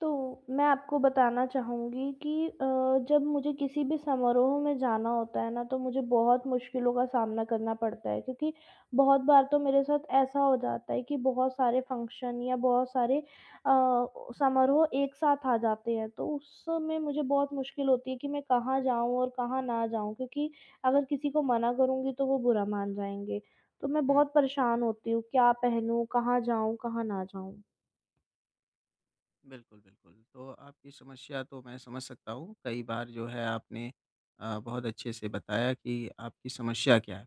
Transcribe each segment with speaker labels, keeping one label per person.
Speaker 1: तो मैं आपको बताना चाहूँगी कि जब मुझे किसी भी समारोह में जाना होता है ना, तो मुझे बहुत मुश्किलों का सामना करना पड़ता है, क्योंकि बहुत बार तो मेरे साथ ऐसा हो जाता है कि बहुत सारे फंक्शन या बहुत सारे समारोह एक साथ आ जाते हैं, तो उस समय मुझे बहुत मुश्किल होती है कि मैं कहाँ जाऊँ और कहाँ ना जाऊँ, क्योंकि अगर किसी को मना करूँगी तो वो बुरा मान जाएँगे। तो मैं
Speaker 2: हुँ।
Speaker 1: बहुत परेशान होती हूँ, क्या पहनूँ, कहाँ जाऊँ, कहाँ ना जाऊँ?
Speaker 2: बिल्कुल, बिल्कुल। तो आपकी समस्या तो मैं समझ सकता हूँ। कई बार जो है आपने बहुत अच्छे से बताया कि आपकी समस्या क्या है।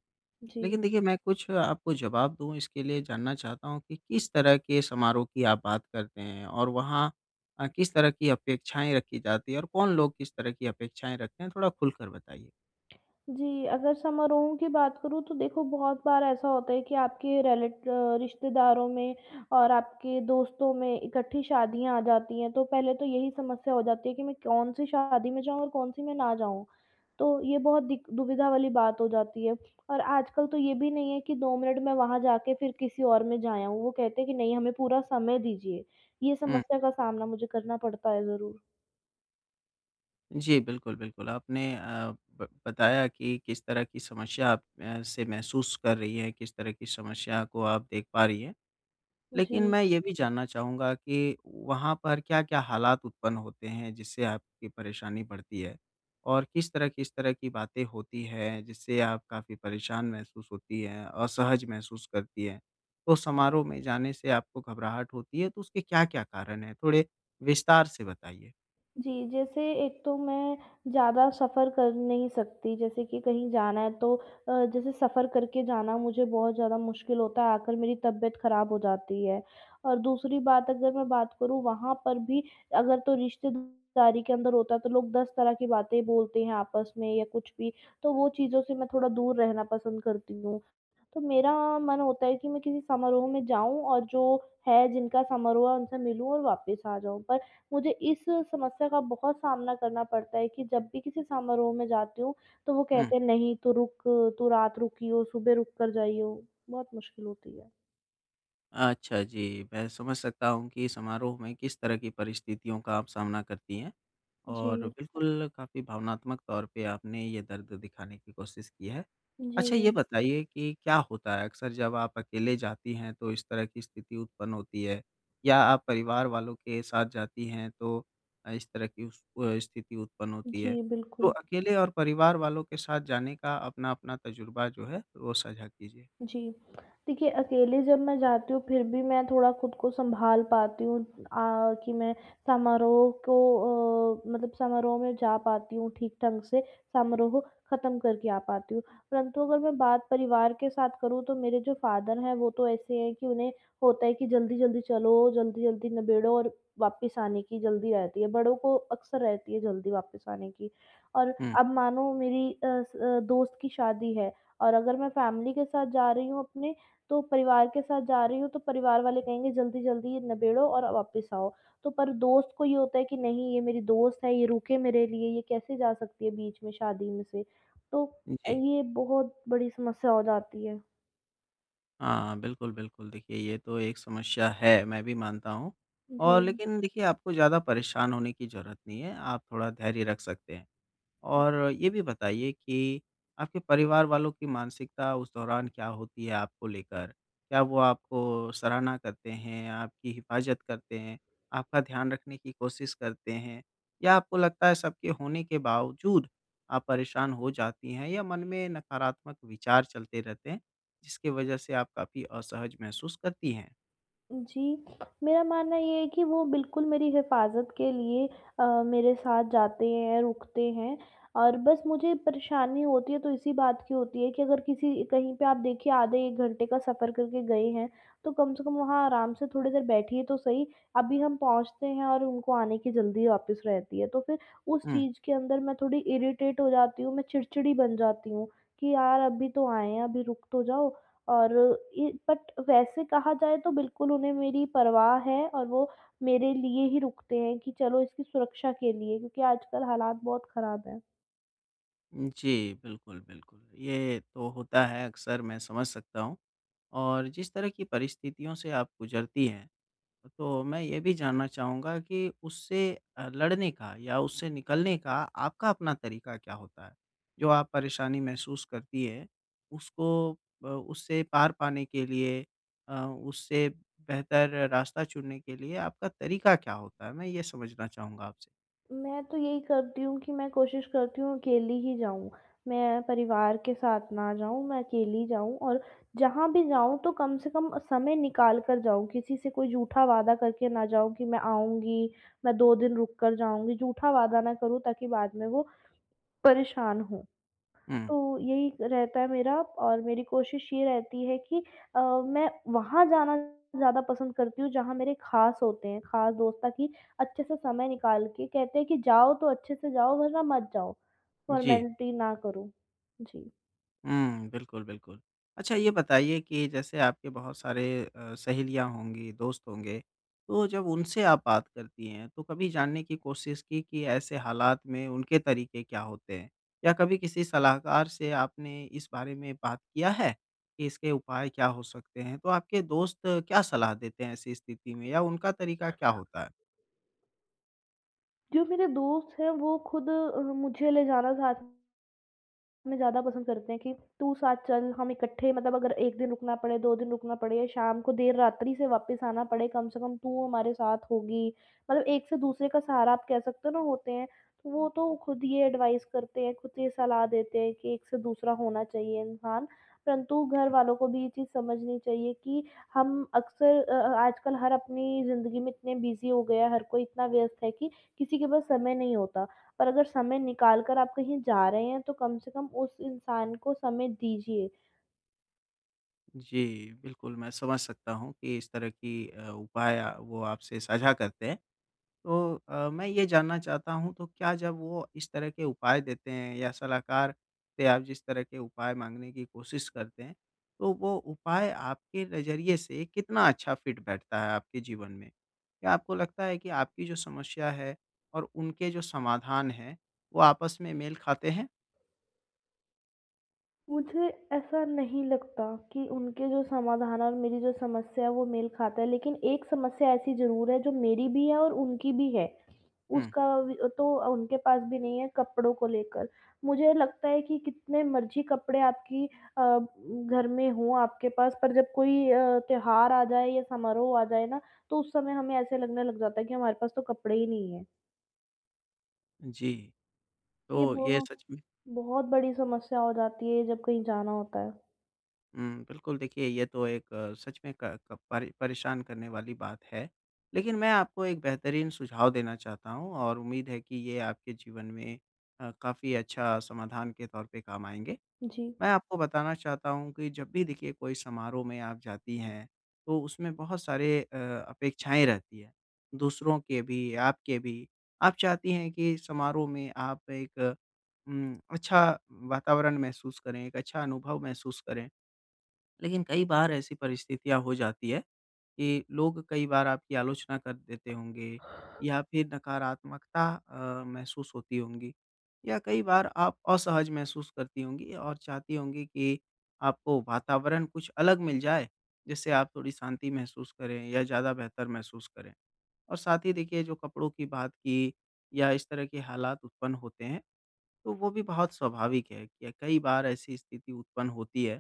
Speaker 1: जी।
Speaker 2: लेकिन देखिए मैं कुछ आपको जवाब दूँ इसके लिए जानना चाहता हूँ कि किस तरह के समारोह की आप बात करते हैं? और वहाँ किस तरह की अपेक्षाएँ रखी जाती है और कौन लोग किस तरह की अपेक्षाएँ रखते हैं? थोड़ा खुलकर बताइए।
Speaker 1: जी, अगर समारोहों की बात करूँ तो देखो, बहुत बार ऐसा होता है कि आपके रिश्तेदारों में और आपके दोस्तों में इकट्ठी शादियाँ आ जाती हैं, तो पहले तो यही समस्या हो जाती है कि मैं कौन-सी शादी में जाऊँ और कौन-सी में ना जाऊँ। तो ये बहुत दिक दुविधा वाली बात हो जाती है, और आजकल तो ये भी नहीं है कि 2 मिनट में वहाँ जाके फिर किसी और में जा आऊँ। वो कहते हैं कि नहीं, हमें पूरा समय दीजिए। ये
Speaker 2: हुँ।
Speaker 1: समस्या का सामना मुझे करना पड़ता है ज़रूर।
Speaker 2: जी, बिल्कुल, बिल्कुल। आपने अ, ब बताया कि किस तरह की समस्या आप से महसूस कर रही हैं, किस तरह की समस्या को आप देख पा रही हैं। लेकिन
Speaker 1: जी।
Speaker 2: मैं ये भी जानना चाहूँगा कि वहाँ पर क्या-क्या हालात उत्पन्न होते हैं जिससे आपकी परेशानी बढ़ती है? और किस तरह की बातें होती हैं जिससे आप काफ़ी परेशान महसूस होती हैं, असहज महसूस करती हैं? तो समारोह में जाने से आपको घबराहट होती है तो उसके क्या-क्या कारण हैं? थोड़े विस्तार से बताइए।
Speaker 1: जी, जैसे एक तो मैं ज़्यादा सफ़र कर नहीं सकती, जैसे कि कहीं जाना है तो जैसे सफ़र करके जाना मुझे बहुत ज़्यादा मुश्किल होता है, आकर मेरी तबीयत ख़राब हो जाती है। और दूसरी बात अगर मैं बात करूँ वहाँ पर भी, अगर तो रिश्तेदारी के अंदर होता है तो लोग 10 तरह की बातें बोलते हैं आपस में या कुछ भी, तो वो चीज़ों से मैं थोड़ा दूर रहना पसंद करती हूँ। तो मेरा मन होता है कि मैं किसी समारोह में जाऊँ और जो है जिनका समारोह है उनसे मिलूँ और वापस आ जाऊँ। पर मुझे इस समस्या का बहुत सामना करना पड़ता है कि जब भी किसी समारोह में जाती हूँ, तो वो
Speaker 2: हुँ।
Speaker 1: कहते हैं नहीं, तू रुक, तू रात रुकी हो, सुबह रुक कर जाइयो। बहुत मुश्किल होती है।
Speaker 2: अच्छा, जी। मैं समझ सकता हूँ कि समारोह में किस तरह की परिस्थितियों का आप सामना करती हैं और
Speaker 1: जी।
Speaker 2: बिल्कुल काफ़ी भावनात्मक तौर पे आपने ये दर्द दिखाने की कोशिश की है। अच्छा ये
Speaker 1: जी,
Speaker 2: बताइए कि क्या होता है अक्सर जब आप अकेले जाती हैं तो इस तरह की स्थिति उत्पन्न होती है? या आप परिवार वालों के साथ जाती हैं तो इस तरह की स्थिति उत्पन्न होती
Speaker 1: जी
Speaker 2: है? तो
Speaker 1: बिल्कुल।
Speaker 2: अकेले और परिवार वालों के साथ जाने का अपना-अपना तजुर्बा जो है वो साझा कीजिए।
Speaker 1: जी। देखिए, अकेले जब मैं जाती हूँ, फिर भी मैं थोड़ा खुद को सँभाल पाती हूँ कि मैं समारोह को मतलब समारोह में जा पाती हूँ ठीक ढंग से, समारोह ख़त्म करके आ पाती हूँ। परंतु अगर मैं बात परिवार के साथ करूँ, तो मेरे जो फ़ादर हैं, वो तो ऐसे हैं कि उन्हें होता है कि जल्दी-जल्दी चलो, जल्दी-जल्दी निबेड़ो, और वापस आने की जल्दी रहती है। बड़ों को अक्सर रहती है जल्दी वापस आने की। और
Speaker 2: हुँ,
Speaker 1: अब मानो मेरी दोस्त की शादी है, और अगर मैं फैमिली के साथ जा रही हूँ अपने, तो परिवार के साथ जा रही हूँ, तो परिवार वाले कहेंगे जल्दी-जल्दी ये निबेड़ो और वापस आओ। तो पर दोस्त को ये होता है कि नहीं ये मेरी दोस्त है, ये रुके मेरे लिए, ये कैसे जा सकती है बीच में शादी में से। तो
Speaker 2: जी।
Speaker 1: ये बहुत बड़ी समस्या हो जाती है।
Speaker 2: हाँ, बिल्कुल, बिल्कुल। देखिए ये तो एक समस्या है, मैं भी मानता हूँ
Speaker 1: जी।
Speaker 2: लेकिन देखिए आपको ज़्यादा परेशान होने की ज़रूरत नहीं है, आप थोड़ा धैर्य रख सकते हैं। और ये भी बताइए कि आपके परिवार वालों की मानसिकता उस दौरान क्या होती है आपको लेकर? क्या वो आपको सराहना करते हैं, आपकी हिफाज़त करते हैं, आपका ध्यान रखने की कोशिश करते हैं? या आपको लगता है सबके होने के बावजूद आप परेशान हो जाती हैं या मन में नकारात्मक विचार चलते रहते हैं, जिसकी वजह से आप काफ़ी असहज महसूस करती हैं?
Speaker 1: जी, मेरा मानना ये है कि वो बिल्कुल मेरी हिफ़ाज़त के लिए मेरे साथ जाते हैं, रुकते हैं, और बस मुझे परेशानी होती है तो इसी बात की होती है कि अगर किसी कहीं पे आप देखिए आधे 1 घंटे का सफ़र करके गए हैं, तो कम से कम वहाँ आराम से थोड़ी देर बैठिए तो सही। अभी हम पहुँचते हैं और उनको आने की जल्दी वापस रहती है, तो फिर उस
Speaker 2: हुँ।
Speaker 1: चीज़ के अंदर मैं थोड़ी इरिटेट हो जाती हूँ, मैं चिड़चिड़ी बन जाती हूँ कि यार अभी तो आए हैं, अभी रुक तो जाओ। और इ बट वैसे कहा जाए तो बिल्कुल उन्हें मेरी परवाह है, और वो मेरे लिए ही रुकते हैं कि चलो इसकी सुरक्षा के लिए, क्योंकि आजकल हालात बहुत ख़राब हैं।
Speaker 2: जी, बिल्कुल, बिल्कुल। ये तो होता है अक्सर मैं समझ सकता हूँ। और जिस तरह की परिस्थितियों से आप गुज़रती हैं, तो मैं ये भी जानना चाहूँगा कि उससे लड़ने का या उससे निकलने का आपका अपना तरीका क्या होता है? जो आप परेशानी महसूस करती है, उसको उससे पार पाने के लिए उससे बेहतर रास्ता चुनने के लिए आपका तरीका क्या होता है? मैं ये समझना चाहूँगा आपसे।
Speaker 1: मैं तो यही करती हूँ कि मैं कोशिश करती हूँ अकेली ही जाऊँ। मैं परिवार के साथ ना जाऊँ, मैं अकेली जाऊँ, और जहाँ भी जाऊँ तो कम से कम समय निकाल कर जाऊँ। किसी से कोई झूठा वादा करके ना जाऊँ कि मैं आऊँगी, मैं 2 दिन रुक कर जाऊँगी, झूठा वादा ना करूँ ताकि बाद में वो परेशान हों।
Speaker 2: हुँ,
Speaker 1: तो यही रहता है मेरा, और मेरी कोशिश ये रहती है कि मैं वहाँ जाना ज़्यादा पसंद करती हूँ जहाँ मेरे ख़ास होते हैं, ख़ास दोस्त, ताकि अच्छे से समय निकाल के कहते हैं कि जाओ तो अच्छे से जाओ वरना मत जाओ,
Speaker 2: जी।
Speaker 1: फ़ॉर्मेलिटी ना करो। जी।
Speaker 2: हुँ, बिल्कुल, बिल्कुल। अच्छा ये बताइए कि जैसे आपके बहुत सारे सहेलियाँ होंगी, दोस्त होंगे, तो जब उनसे आप बात करती हैं, तो कभी जानने की कोशिश की कि ऐसे हालात में उनके तरीके क्या होते हैं? या कभी किसी सलाहकार से आपने इस बारे में बात किया है कि इसके उपाय क्या हो सकते हैं? तो आपके दोस्त क्या सलाह देते हैं ऐसी स्थिति में या उनका तरीका क्या होता है?
Speaker 1: जो मेरे दोस्त हैं वो खुद मुझे ले जाना साथ में ज़्यादा पसंद करते हैं कि तू साथ चल, हम इकट्ठे मतलब अगर 1 दिन रुकना पड़े, 2 दिन रुकना पड़े या शाम को देर रात्रि से वापस आना पड़े, कम से कम तू हमारे साथ होगी। मतलब एक से दूसरे का सहारा आप कह सकते हो ना होते हैं, तो वो तो खुद ये एडवाइस करते हैं, खुद ये सलाह देते हैं कि एक से दूसरा होना चाहिए इंसान। परंतु घर वालों को भी ये चीज़ समझनी चाहिए कि हम अक्सर आजकल हर अपनी ज़िंदगी में इतने बिज़ी हो गए हैं, हर कोई इतना व्यस्त है कि किसी के पास समय नहीं होता। पर अगर समय निकाल कर आप कहीं जा रहे हैं तो कम से कम उस इंसान को समय दीजिए।
Speaker 2: जी, बिल्कुल मैं समझ सकता हूँ कि इस तरह की उपाय वो आपसे साझा करते हैं। तो मैं ये जानना चाहता हूँ तो क्या जब वो इस तरह के उपाय देते हैं या सलाहकार से आप जिस तरह के उपाय माँगने की कोशिश करते हैं, तो वो उपाय आपके नज़रिए से कितना अच्छा फिट बैठता है आपके जीवन में? क्या आपको लगता है कि आपकी जो समस्या है और उनके जो समाधान हैं, वो आपस में मेल खाते हैं?
Speaker 1: मुझे ऐसा नहीं लगता कि उनके जो समाधान और मेरी जो समस्या है वो मेल खाता है, लेकिन एक समस्या ऐसी ज़रूर है जो मेरी भी है और उनकी भी है।
Speaker 2: हुँ,
Speaker 1: उसका व तो उनके पास भी नहीं है कपड़ों को लेकर। मुझे लगता है कि कितने मर्ज़ी कपड़े आपकी घर में हों आपके पास, पर जब कोई त्योहार आ जाए या समारोह आ जाए ना, तो उस समय हमें ऐसे लगने लग जाता है कि हमारे पास तो कपड़े ही नहीं हैं।
Speaker 2: जी,
Speaker 1: ये
Speaker 2: तो ये
Speaker 1: बहु
Speaker 2: सच में
Speaker 1: बहुत बड़ी समस्या हो जाती है जब कहीं जाना होता है।
Speaker 2: हुँ, बिल्कुल देखिए ये तो एक सच में क क परे परेशान करने वाली बात है। लेकिन मैं आपको एक बेहतरीन सुझाव देना चाहता हूँ और उम्मीद है कि ये आपके जीवन में काफ़ी अच्छा समाधान के तौर पे काम आएँगे।
Speaker 1: जी।
Speaker 2: मैं आपको बताना चाहता हूँ कि जब भी देखिए कोई समारोह में आप जाती हैं, तो उसमें बहुत सारे अपेक्षाएँ रहती हैं, दूसरों के भी, आपके भी। आप चाहती हैं कि समारोह में आप एक अच्छा वातावरण महसूस करें, एक अच्छा अनुभव महसूस करें। लेकिन कई बार ऐसी परिस्थितियाँ हो जाती है कि लोग कई बार आपकी आलोचना कर देते होंगे या फिर नकारात्मकता महसूस होती होंगी या कई बार आप असहज महसूस करती होंगी और चाहती होंगी कि आपको वातावरण कुछ अलग मिल जाए, जिससे आप थोड़ी शांति महसूस करें या ज़्यादा बेहतर महसूस करें। और साथ ही देखिए जो कपड़ों की बात की या इस तरह के हालात उत्पन्न होते हैं तो वो भी बहुत स्वाभाविक है कि कई बार ऐसी स्थिति उत्पन्न होती है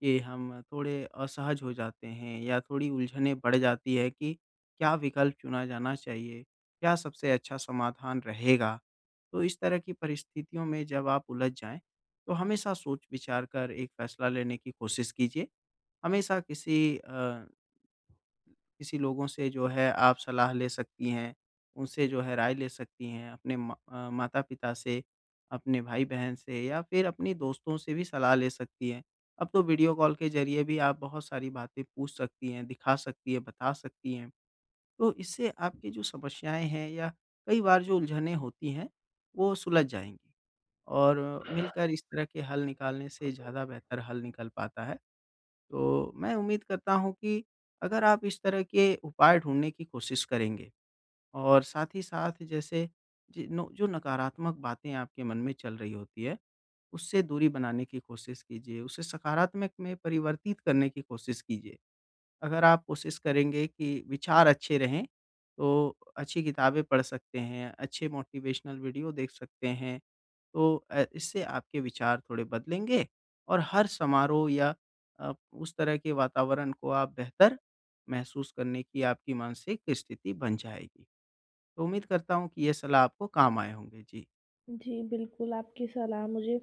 Speaker 2: कि हम थोड़े असहज हो जाते हैं या थोड़ी उलझने बढ़ जाती है कि क्या विकल्प चुना जाना चाहिए, क्या सबसे अच्छा समाधान रहेगा। तो इस तरह की परिस्थितियों में जब आप उलझ जाएँ, तो हमेशा सोच विचार कर एक फैसला लेने की कोशिश कीजिए। हमेशा अ किसी लोगों से जो है आप सलाह ले सकती हैं, उनसे जो है राय ले सकती हैं, अपने माता-पिता से, अपने भाई-बहन से या फिर अपने दोस्तों से भी सलाह ले सकती हैं। अब तो वीडियो कॉल के ज़रिए भी आप बहुत सारी बातें पूछ सकती हैं, दिखा सकती हैं, बता सकती हैं। तो इससे आपकी जो समस्याएँ हैं या कई बार जो उलझनें होती हैं, वो सुलझ जाएँगी और मिलकर इस तरह के हल निकालने से ज़्यादा बेहतर हल निकल पाता है। तो मैं उम्मीद करता हूँ कि अगर आप इस तरह के उपाय ढूँढने की कोशिश करेंगे और साथ ही साथ जैसे जि नो जो नकारात्मक बातें आपके मन में चल रही होती है, उससे दूरी बनाने की कोशिश कीजिए, उसे सकारात्मक में परिवर्तित करने की कोशिश कीजिए। अगर आप कोशिश करेंगे कि विचार अच्छे रहें, तो अच्छी किताबें पढ़ सकते हैं, अच्छे मोटिवेशनल वीडियो देख सकते हैं तो इससे आपके विचार थोड़े बदलेंगे और हर समारोह या उस तरह के वातावरण को आप बेहतर महसूस करने की आपकी मानसिक स्थिति बन जाएगी। तो उम्मीद करता हूँ कि ये सलाह आपको काम आए होंगे। जी।
Speaker 1: जी, बिल्कुल, आपकी सलाह मुझे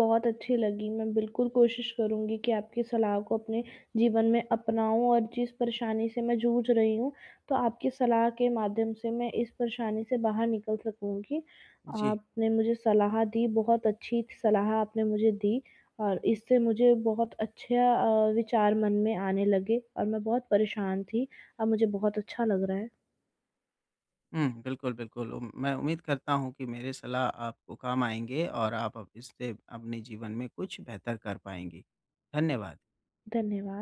Speaker 1: बहुत अच्छी लगी। मैं बिल्कुल कोशिश करूँगी कि आपकी सलाह को अपने जीवन में अपनाऊँ, और जिस परेशानी से मैं जूझ रही हूँ, तो आपकी सलाह के माध्यम से मैं इस परेशानी से बाहर निकल सकूँगी।
Speaker 2: जी।
Speaker 1: आपने मुझे सलाह दी, बहुत अच्छी सलाह आपने मुझे दी, और इससे मुझे बहुत अच्छे विचार मन में आने लगे और मैं बहुत परेशान थी, अब मुझे बहुत अच्छा लग रहा है।
Speaker 2: हुँ, बिल्कुल, बिल्कुल। मैं उम्मीद करता हूँ कि मेरे सलाह आपको काम आएँगे और आप अब इससे अपने जीवन में कुछ बेहतर कर पाएँगी। धन्यवाद।
Speaker 1: धन्यवाद।